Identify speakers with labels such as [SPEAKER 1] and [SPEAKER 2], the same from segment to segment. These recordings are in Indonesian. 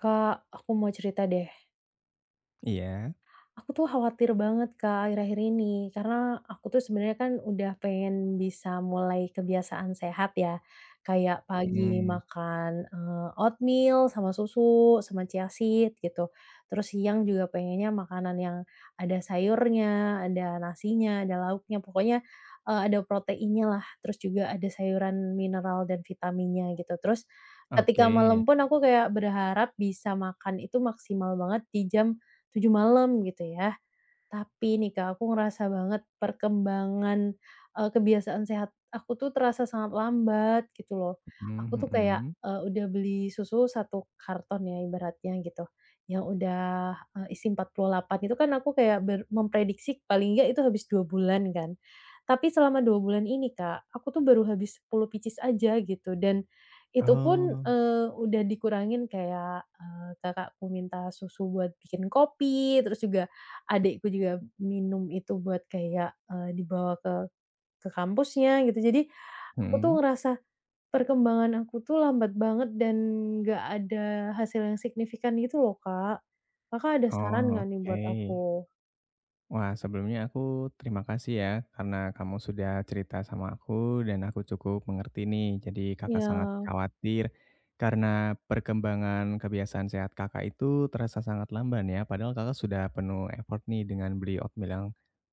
[SPEAKER 1] Kak, aku mau cerita deh.
[SPEAKER 2] Iya.
[SPEAKER 1] Aku tuh khawatir banget Kak akhir-akhir ini, karena aku tuh sebenarnya kan udah pengen bisa mulai kebiasaan sehat ya, kayak pagi
[SPEAKER 2] Mhm.
[SPEAKER 1] makan, oatmeal sama susu, sama chia seed gitu, terus siang juga pengennya makanan yang ada sayurnya, ada nasinya, ada lauknya, pokoknya, ada proteinnya lah, terus juga ada sayuran, mineral, dan vitaminnya gitu. Terus ketika
[SPEAKER 2] Oke.
[SPEAKER 1] malam pun aku kayak berharap bisa makan itu maksimal banget di jam 7 malam gitu ya. Tapi nih Kak, aku ngerasa banget perkembangan, kebiasaan sehat aku tuh terasa sangat lambat gitu loh. Aku
[SPEAKER 2] Mhm,
[SPEAKER 1] tuh kayak,
[SPEAKER 2] mhm.
[SPEAKER 1] udah beli susu satu karton ya ibaratnya gitu, yang udah, isi 48 itu kan aku kayak memprediksi paling nggak itu habis 2 bulan kan. Tapi selama 2 bulan ini Kak, aku tuh baru habis 10 picis aja gitu dan itu pun,
[SPEAKER 2] Oh.
[SPEAKER 1] udah dikurangin kayak, kakakku minta susu buat bikin kopi, terus juga adikku juga minum itu buat kayak, dibawa ke kampusnya gitu. Jadi aku tuh
[SPEAKER 2] Mhm.
[SPEAKER 1] ngerasa perkembangan aku tuh lambat banget dan nggak ada hasil yang signifikan gitu loh, Kak. Kakak ada saran
[SPEAKER 2] Oh,
[SPEAKER 1] nggak nih
[SPEAKER 2] oke.
[SPEAKER 1] buat aku?
[SPEAKER 2] Wah, sebelumnya aku terima kasih ya karena kamu sudah cerita sama aku dan aku cukup mengerti nih. Jadi Kakak sangat
[SPEAKER 1] Ya.
[SPEAKER 2] khawatir karena perkembangan kebiasaan sehat Kakak itu terasa sangat lamban ya. Padahal Kakak sudah penuh effort nih dengan beli oatmeal yang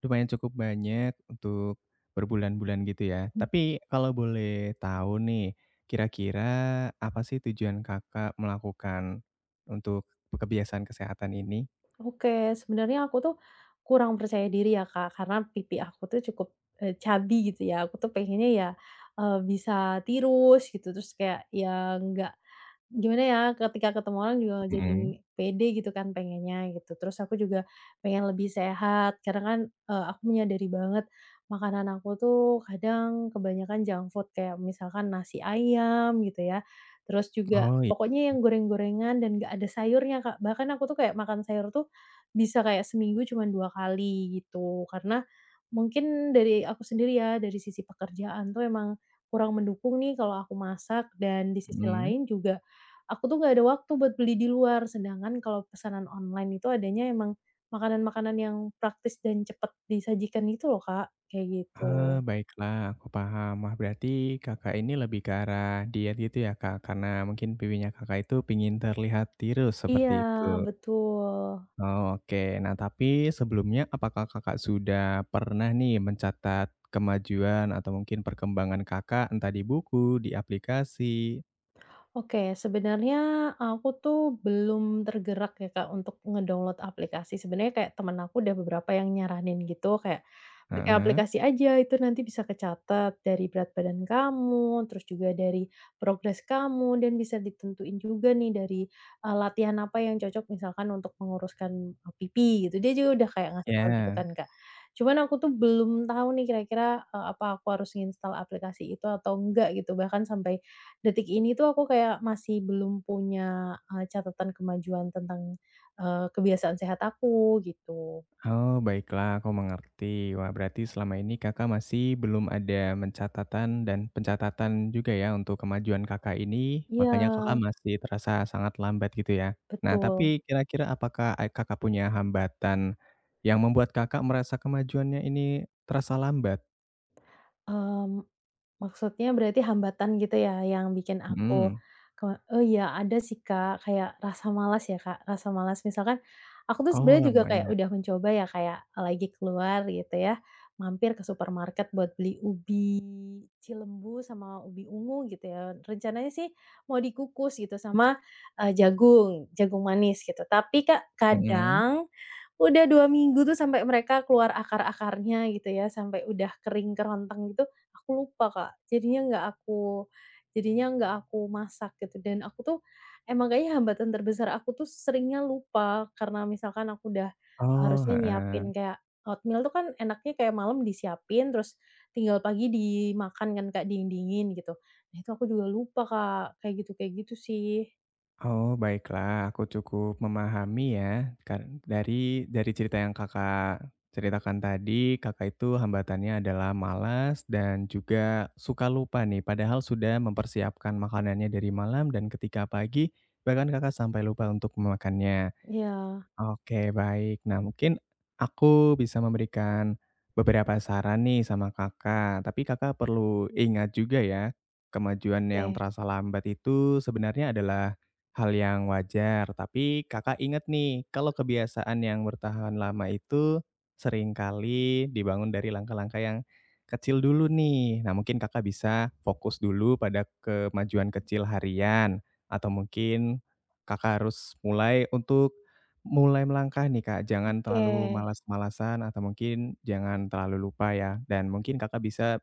[SPEAKER 2] lumayan cukup banyak untuk berbulan-bulan gitu ya. Tapi kalau boleh tahu nih, kira-kira apa sih tujuan Kakak melakukan untuk kebiasaan kesehatan ini?
[SPEAKER 1] Oke, sebenarnya aku tuh kurang percaya diri ya, Kak, karena pipi aku tuh cukup, chubby gitu ya. Aku tuh pengennya ya, bisa tirus gitu, terus kayak ya nggak gimana ya, ketika ketemu orang juga jadi
[SPEAKER 2] Mhm.
[SPEAKER 1] pede gitu kan pengennya gitu. Terus aku juga pengen lebih sehat, karena kan, aku menyadari banget makanan aku tuh kadang kebanyakan junk food, kayak misalkan nasi ayam gitu ya, terus juga
[SPEAKER 2] Oh, iya.
[SPEAKER 1] pokoknya yang goreng-gorengan dan nggak ada sayurnya, Kak. Bahkan aku tuh kayak makan sayur tuh bisa kayak seminggu cuman 2 kali gitu, karena mungkin dari aku sendiri ya, dari sisi pekerjaan tuh emang kurang mendukung nih kalau aku masak dan di sisi
[SPEAKER 2] Mhm.
[SPEAKER 1] lain juga aku tuh nggak ada waktu buat beli di luar, sedangkan kalau pesanan online itu adanya emang makanan-makanan yang praktis dan cepat disajikan gitu loh, Kak, kayak
[SPEAKER 2] Ah,
[SPEAKER 1] gitu.
[SPEAKER 2] baiklah, aku paham. Wah, berarti Kakak ini lebih ke arah diet gitu ya, Kak? Karena mungkin pipinya Kakak itu pingin terlihat tirus seperti itu.
[SPEAKER 1] Iya, betul.
[SPEAKER 2] Oh, oke. Nah, tapi sebelumnya apakah Kakak sudah pernah nih mencatat kemajuan atau mungkin perkembangan Kakak entah di buku, di aplikasi?
[SPEAKER 1] Oke, sebenarnya aku tuh belum tergerak ya, Kak, untuk ngedownload aplikasi. Sebenarnya kayak temen aku udah beberapa yang nyaranin gitu, kayak, "Pakai
[SPEAKER 2] Heeh.
[SPEAKER 1] aplikasi aja, itu nanti bisa kecatat dari berat badan kamu, terus juga dari progres kamu, dan bisa ditentuin juga nih dari, latihan apa yang cocok misalkan untuk menguruskan, pipi," gitu. Dia juga udah kayak ngasih tau gitu
[SPEAKER 2] Ya.
[SPEAKER 1] kan, Kak. Cuman aku tuh belum tahu nih kira-kira, apa aku harus nginstal aplikasi itu atau enggak gitu, bahkan sampai detik ini tuh aku kayak masih belum punya, catatan kemajuan tentang, kebiasaan sehat aku gitu.
[SPEAKER 2] Oh, baiklah, aku mengerti. Wah, berarti selama ini Kakak masih belum ada pencatatan juga ya untuk kemajuan Kakak ini,
[SPEAKER 1] Iya,
[SPEAKER 2] makanya Kakak, mhm, masih terasa sangat lambat gitu ya. Nah,
[SPEAKER 1] betul,
[SPEAKER 2] tapi kira-kira apakah, Kakak punya hambatan yang membuat Kakak merasa kemajuannya ini terasa lambat?
[SPEAKER 1] mmm maksudnya berarti hambatan gitu ya yang bikin aku
[SPEAKER 2] Hmm.
[SPEAKER 1] ke oh iya ada sih Kak, kayak rasa malas ya Kak, rasa malas misalkan aku tuh
[SPEAKER 2] Oh,
[SPEAKER 1] sebenarnya juga kayak
[SPEAKER 2] lumayan.
[SPEAKER 1] udah mencoba ya kayak lagi keluar gitu ya, mampir ke supermarket buat beli ubi Cilembu sama ubi ungu gitu ya, rencananya sih mau dikukus gitu sama, jagung, jagung manis gitu. Tapi Kak,
[SPEAKER 2] Mhm.
[SPEAKER 1] kadang udah 2 minggu tuh sampai mereka keluar akar-akarnya gitu ya, sampai udah kering kerontang gitu. Aku lupa, Kak. Jadinya nggak aku masak gitu dan aku tuh emang kayaknya hambatan terbesar aku tuh seringnya lupa karena misalkan aku udah
[SPEAKER 2] Oh,
[SPEAKER 1] harusnya
[SPEAKER 2] heeh.
[SPEAKER 1] nyiapin kayak oatmeal tuh kan enaknya kayak malam disiapin terus tinggal pagi dimakan kan, Kak, dingin-dingin gitu. Nah, itu aku juga lupa, Kak, kayak gitu sih.
[SPEAKER 2] Oh, baiklah, aku cukup memahami ya. Kar dari cerita yang Kakak ceritakan tadi, Kakak itu hambatannya adalah malas dan juga suka lupa nih, padahal sudah mempersiapkan makanannya dari malam dan ketika pagi, bahkan Kakak sampai lupa untuk memakannya.
[SPEAKER 1] Iya,
[SPEAKER 2] Oke, baik. Nah, mungkin aku bisa memberikan beberapa saran nih sama Kakak, tapi Kakak perlu ingat juga ya, kemajuan yang
[SPEAKER 1] oke
[SPEAKER 2] terasa lambat itu sebenarnya adalah hal yang wajar, tapi Kakak ingat nih, kalau kebiasaan yang bertahan lama itu seringkali dibangun dari langkah-langkah yang kecil dulu nih. Nah, mungkin Kakak bisa fokus dulu pada kemajuan kecil harian atau mungkin Kakak harus mulai melangkah nih, Kak, jangan
[SPEAKER 1] oke.
[SPEAKER 2] terlalu malas-malasan atau mungkin jangan terlalu lupa ya, dan mungkin Kakak bisa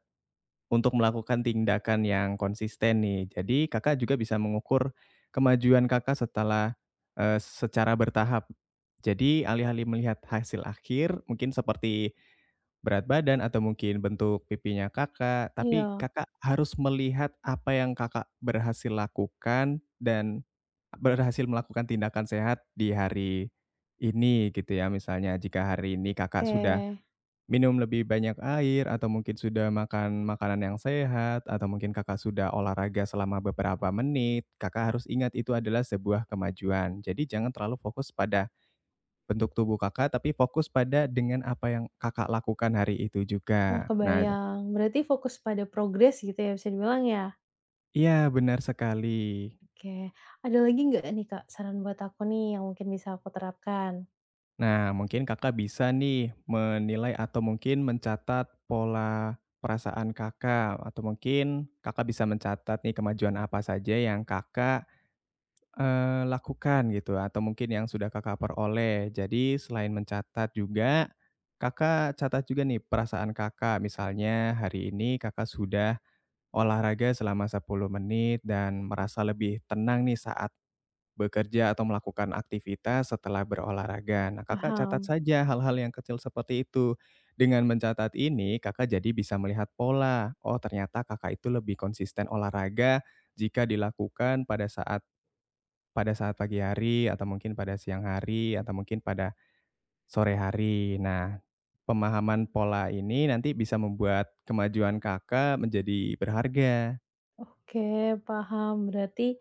[SPEAKER 2] untuk melakukan tindakan yang konsisten nih. Jadi Kakak juga bisa mengukur kemajuan Kakak setelah, secara bertahap. Jadi alih-alih melihat hasil akhir mungkin seperti berat badan atau mungkin bentuk pipinya Kakak, tapi
[SPEAKER 1] Iya,
[SPEAKER 2] Kakak harus melihat apa yang Kakak berhasil lakukan dan berhasil melakukan tindakan sehat di hari ini gitu ya. Misalnya jika hari ini Kakak
[SPEAKER 1] oke.
[SPEAKER 2] sudah minum lebih banyak air atau mungkin sudah makan makanan yang sehat, atau mungkin Kakak sudah olahraga selama beberapa menit, Kakak harus ingat itu adalah sebuah kemajuan. Jadi jangan terlalu fokus pada bentuk tubuh Kakak, tapi fokus pada dengan apa yang Kakak lakukan hari itu
[SPEAKER 1] Oh,
[SPEAKER 2] juga. Nah,
[SPEAKER 1] kebayang. Berarti fokus pada progres gitu ya bisa dibilang ya?
[SPEAKER 2] iya, benar sekali.
[SPEAKER 1] Oke, ada lagi nggak nih, Kak, saran buat aku nih yang mungkin bisa aku terapkan?
[SPEAKER 2] Nah, mungkin Kakak bisa nih menilai atau mungkin mencatat pola perasaan Kakak, atau mungkin Kakak bisa mencatat nih kemajuan apa saja yang Kakak, lakukan gitu atau mungkin yang sudah Kakak peroleh. Jadi selain mencatat juga, Kakak catat juga nih perasaan Kakak. Misalnya hari ini Kakak sudah olahraga selama 10 menit dan merasa lebih tenang nih saat bekerja atau melakukan aktivitas setelah berolahraga. Nah, Kakak catat
[SPEAKER 1] Paham.
[SPEAKER 2] saja hal-hal yang kecil seperti itu. Dengan mencatat ini Kakak jadi bisa melihat pola, oh ternyata Kakak itu lebih konsisten olahraga jika dilakukan pada saat pagi hari atau mungkin pada siang hari atau mungkin pada sore hari. Nah, pemahaman pola ini nanti bisa membuat kemajuan Kakak menjadi berharga,
[SPEAKER 1] Oke, paham. Berarti,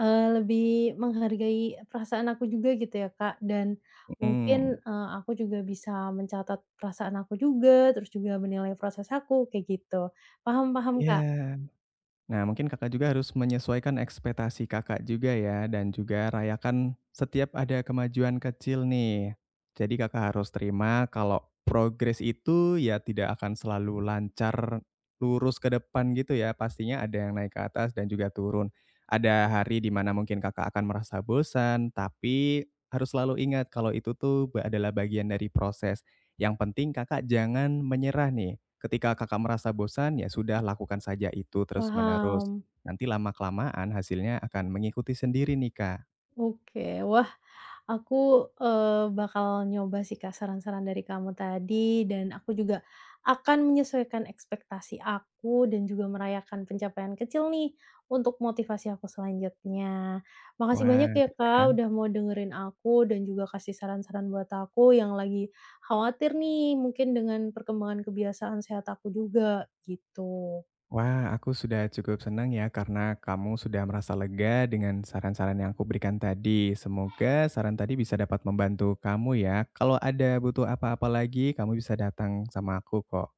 [SPEAKER 1] lebih menghargai perasaan aku juga gitu ya, Kak, dan
[SPEAKER 2] mhm,
[SPEAKER 1] mungkin, aku juga bisa mencatat perasaan aku juga, terus juga menilai proses aku, kayak gitu. Paham paham, Kak,
[SPEAKER 2] iya. Nah, mungkin Kakak juga harus menyesuaikan ekspektasi Kakak juga ya, dan juga rayakan setiap ada kemajuan kecil nih. Jadi Kakak harus terima kalau progres itu ya tidak akan selalu lancar, lurus ke depan gitu ya. Pastinya ada yang naik ke atas dan juga turun. Ada hari di mana mungkin Kakak akan merasa bosan, tapi harus selalu ingat kalau itu tuh adalah bagian dari proses. Yang penting Kakak jangan menyerah nih. Ketika Kakak merasa bosan, ya sudah lakukan saja itu terus-menerus.
[SPEAKER 1] paham.
[SPEAKER 2] Nanti lama-kelamaan hasilnya akan mengikuti sendiri nih, Kak.
[SPEAKER 1] Oke, wah aku, bakal nyoba sih, Kak, saran-saran dari kamu tadi dan aku juga akan menyesuaikan ekspektasi aku dan juga merayakan pencapaian kecil nih untuk motivasi aku selanjutnya. Makasih
[SPEAKER 2] Wah,
[SPEAKER 1] banyak ya,
[SPEAKER 2] ya
[SPEAKER 1] Kak,
[SPEAKER 2] kan?
[SPEAKER 1] udah mau dengerin aku dan juga kasih saran-saran buat aku yang lagi khawatir nih mungkin dengan perkembangan kebiasaan sehat aku juga, gitu.
[SPEAKER 2] Wah, aku sudah cukup senang ya karena kamu sudah merasa lega dengan saran-saran yang aku berikan tadi. Semoga saran tadi bisa dapat membantu kamu ya. Kalau ada butuh apa-apa lagi, kamu bisa datang sama aku kok.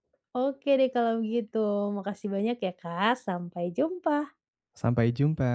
[SPEAKER 1] Oke deh kalau begitu, makasih banyak ya, Kak, sampai jumpa.
[SPEAKER 2] Sampai jumpa.